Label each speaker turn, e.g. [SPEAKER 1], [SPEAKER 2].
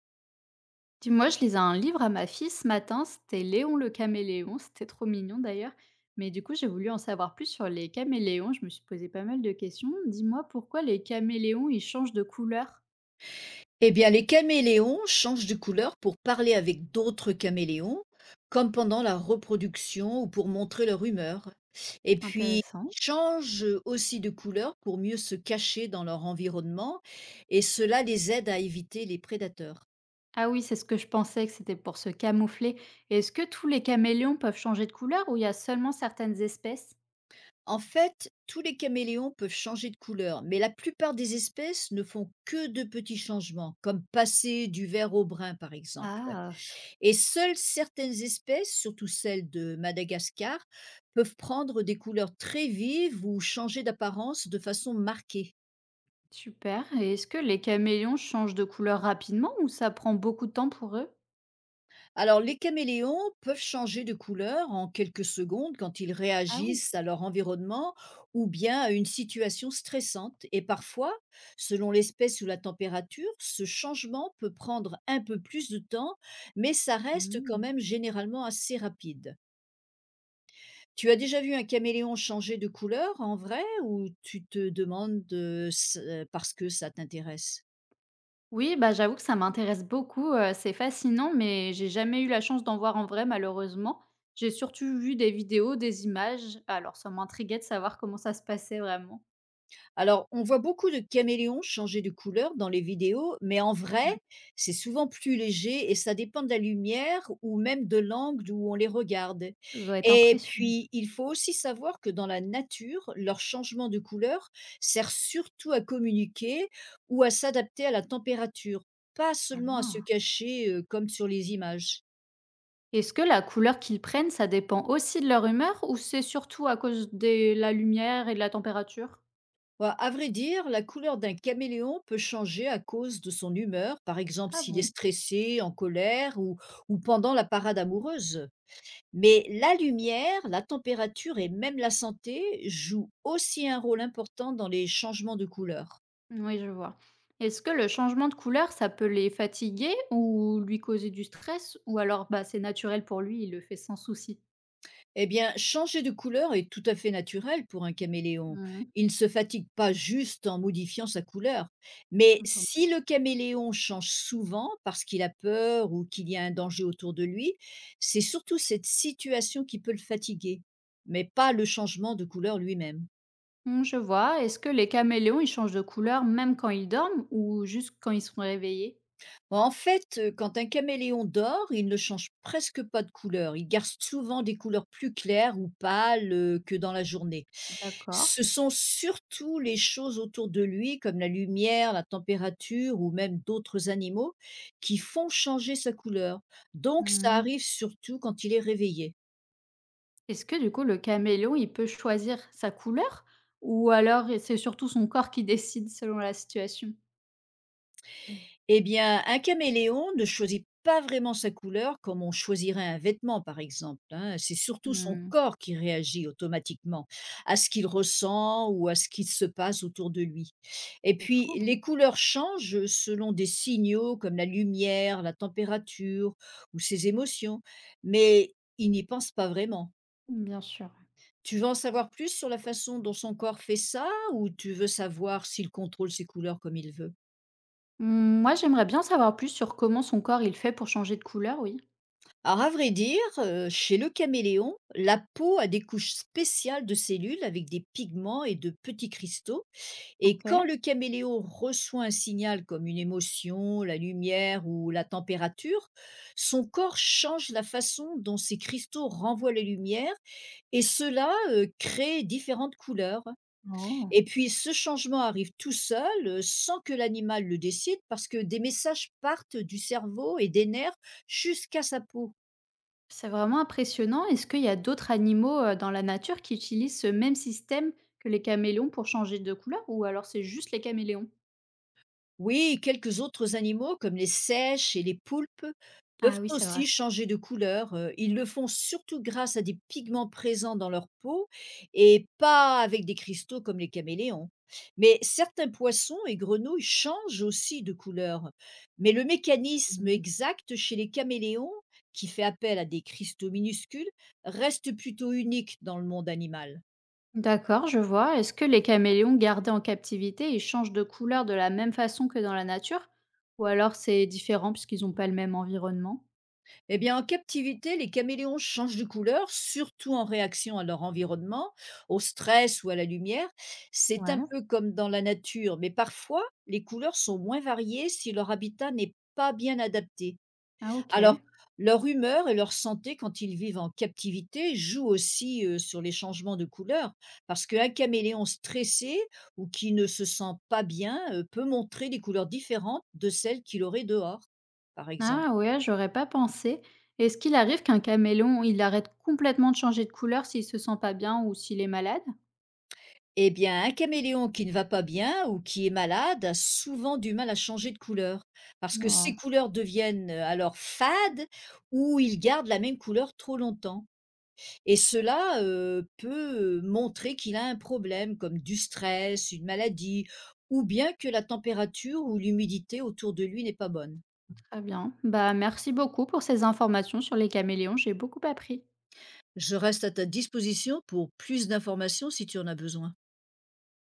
[SPEAKER 1] Dis-moi, je lisais un livre à ma fille ce matin, c'était Léon le caméléon, c'était trop mignon d'ailleurs. Mais du coup, j'ai voulu en savoir plus sur les caméléons, je me suis posé pas mal de questions. Dis-moi pourquoi les caméléons, ils changent de couleur.
[SPEAKER 2] Eh bien, les caméléons changent de couleur pour parler avec d'autres caméléons, comme pendant la reproduction ou pour montrer leur humeur. Et puis,
[SPEAKER 1] Intéressant.
[SPEAKER 2] ils changent aussi de couleur pour mieux se cacher dans leur environnement, et cela les aide à éviter les prédateurs.
[SPEAKER 1] Ah oui, c'est ce que je pensais, que c'était pour se camoufler. Est-ce que tous les caméléons peuvent changer de couleur ou il y a seulement certaines espèces?
[SPEAKER 2] En fait, tous les caméléons peuvent changer de couleur, mais la plupart des espèces ne font que de petits changements, comme passer du vert au brun, par exemple.
[SPEAKER 1] Ah,
[SPEAKER 2] Et seules certaines espèces, surtout celles de Madagascar, peuvent prendre des couleurs très vives ou changer d'apparence de façon marquée.
[SPEAKER 1] super. Et est-ce que les caméléons changent de couleur rapidement ou ça prend beaucoup de temps pour eux?
[SPEAKER 2] Alors les caméléons peuvent changer de couleur en quelques secondes quand ils
[SPEAKER 1] Ah oui.
[SPEAKER 2] réagissent à leur environnement ou bien à une situation stressante. Et parfois, selon l'espèce ou la température, ce changement peut prendre un peu plus de temps, mais ça reste quand
[SPEAKER 1] Hmm.
[SPEAKER 2] même généralement assez rapide. Tu as déjà vu un caméléon changer de couleur en vrai ou tu te demandes, s parce que ça t'intéresse?
[SPEAKER 1] Oui, bah, j'avoue que ça m'intéresse beaucoup, c'est fascinant, mais j'ai jamais eu la chance d'en voir en vrai malheureusement. J'ai surtout vu des vidéos, des images, alors ça m'intriguait de savoir comment ça se passait vraiment.
[SPEAKER 2] Alors, on voit beaucoup de caméléons changer de couleur dans les vidéos, mais en vrai,
[SPEAKER 1] Ouais,
[SPEAKER 2] c'est souvent plus léger et ça dépend de la lumière ou même de l'angle où on les regarde.
[SPEAKER 1] ça doit être
[SPEAKER 2] Et
[SPEAKER 1] impressionnant.
[SPEAKER 2] puis, il faut aussi savoir que dans la nature, leur changement de couleur sert surtout à communiquer ou à s'adapter à la température, pas seulement à se
[SPEAKER 1] Ah!
[SPEAKER 2] cacher, comme sur les images.
[SPEAKER 1] Est-ce que la couleur qu'ils prennent, ça dépend aussi de leur humeur ou c'est surtout à cause de la lumière et de la température?
[SPEAKER 2] Ouais, à vrai dire, la couleur d'un caméléon peut changer à cause de son humeur, par exemple
[SPEAKER 1] Ah
[SPEAKER 2] s'il est
[SPEAKER 1] bon?
[SPEAKER 2] stressé, en colère ou pendant la parade amoureuse. Mais la lumière, la température et même la santé jouent aussi un rôle important dans les changements de couleur.
[SPEAKER 1] Oui, je vois. Est-ce que le changement de couleur, ça peut les fatiguer ou lui causer du stress? Ou alors, bah, c'est naturel pour lui, il le fait sans souci?
[SPEAKER 2] Eh bien, changer de couleur est tout à fait naturel pour un caméléon.
[SPEAKER 1] Mmh mh.
[SPEAKER 2] Il ne se fatigue pas juste en modifiant sa couleur. Mais si le caméléon change souvent parce qu'il a peur ou qu'il y a un danger autour de lui, c'est surtout cette situation qui peut le fatiguer, mais pas le changement de couleur lui-même.
[SPEAKER 1] Mmh, je vois. Est-ce que les caméléons, ils changent de couleur même quand ils dorment ou juste quand ils sont réveillés?
[SPEAKER 2] Bah, en fait, quand un caméléon dort, il ne change presque pas de couleur. Il garde souvent des couleurs plus claires ou pâles, que dans la journée.
[SPEAKER 1] D'accord.
[SPEAKER 2] Ce sont surtout les choses autour de lui, comme la lumière, la température ou même d'autres animaux, qui font changer sa couleur. Donc ça
[SPEAKER 1] Mmh.
[SPEAKER 2] arrive surtout quand il est réveillé.
[SPEAKER 1] Est-ce que du coup, le caméléon, il peut choisir sa couleur ou alors c'est surtout son corps qui décide selon la situation?
[SPEAKER 2] Eh bien, un caméléon ne choisit pas vraiment sa couleur comme on choisirait un vêtement, par exemple, hein. C'est surtout son
[SPEAKER 1] Mmh,
[SPEAKER 2] corps qui réagit automatiquement à ce qu'il ressent ou à ce qui se passe autour de lui. Et
[SPEAKER 1] c'est fou,
[SPEAKER 2] puis,
[SPEAKER 1] hein.
[SPEAKER 2] les couleurs changent selon des signaux comme la lumière, la température ou ses émotions, mais il n'y pense pas vraiment.
[SPEAKER 1] Mmh, bien sûr.
[SPEAKER 2] Tu veux en savoir plus sur la façon dont son corps fait ça ou tu veux savoir s'il contrôle ses couleurs comme il veut?
[SPEAKER 1] Mmh, moi, j'aimerais bien savoir plus sur comment son corps, il fait pour changer de couleur, oui.
[SPEAKER 2] Alors à vrai dire, chez le caméléon, la peau a des couches spéciales de cellules avec des pigments et de petits cristaux, et
[SPEAKER 1] Ok.
[SPEAKER 2] quand le caméléon reçoit un signal comme une émotion, la lumière ou la température, son corps change la façon dont ces cristaux renvoient la lumière, et cela crée différentes couleurs.
[SPEAKER 1] Oh.
[SPEAKER 2] Et puis ce changement arrive tout seul, sans que l'animal le décide, parce que des messages partent du cerveau et des nerfs jusqu'à sa peau.
[SPEAKER 1] C'est vraiment impressionnant. Est-ce qu'il y a d'autres animaux, dans la nature qui utilisent ce même système que les caméléons pour changer de couleur ou alors c'est juste les caméléons?
[SPEAKER 2] Oui, quelques autres animaux, comme les seiches et les poulpes,
[SPEAKER 1] Ah
[SPEAKER 2] peuvent
[SPEAKER 1] oui, c'est vrai.
[SPEAKER 2] aussi changer de couleur. Ils le font surtout grâce à des pigments présents dans leur peau et pas avec des cristaux comme les caméléons. Mais certains poissons et grenouilles changent aussi de couleur. Mais le mécanisme
[SPEAKER 1] Mmh.
[SPEAKER 2] exact chez les caméléons, qui fait appel à des cristaux minuscules, reste plutôt unique dans le monde animal.
[SPEAKER 1] D'accord, je vois. Est-ce que les caméléons gardés en captivité, ils changent de couleur de la même façon que dans la nature? Ou alors c'est différent puisqu'ils n'ont pas le même environnement?
[SPEAKER 2] Eh bien, en captivité, les caméléons changent de couleur, surtout en réaction à leur environnement, au stress ou à la lumière. C'est un
[SPEAKER 1] Ouais.
[SPEAKER 2] peu comme dans la nature, mais parfois, les couleurs sont moins variées si leur habitat n'est pas bien adapté.
[SPEAKER 1] Ah
[SPEAKER 2] Alors,
[SPEAKER 1] OK.
[SPEAKER 2] leur humeur et leur santé quand ils vivent en captivité jouent aussi sur les changements de couleur, parce qu'un caméléon stressé ou qui ne se sent pas bien peut montrer des couleurs différentes de celles qu'il aurait dehors, par exemple.
[SPEAKER 1] Ah ouais, j'aurais pas pensé. Est-ce qu'il arrive qu'un caméléon, il arrête complètement de changer de couleur s'il se sent pas bien ou s'il est malade?
[SPEAKER 2] Eh bien, un caméléon qui ne va pas bien ou qui est malade a souvent du mal à changer de couleur, parce que
[SPEAKER 1] Oh.
[SPEAKER 2] ses couleurs deviennent alors fades, ou il garde la même couleur trop longtemps. Et cela peut montrer qu'il a un problème, comme du stress, une maladie, ou bien que la température ou l'humidité autour de lui n'est pas bonne.
[SPEAKER 1] Très bien. Bah, merci beaucoup pour ces informations sur les caméléons, j'ai beaucoup appris.
[SPEAKER 2] Je reste à ta disposition pour plus d'informations si tu en as besoin.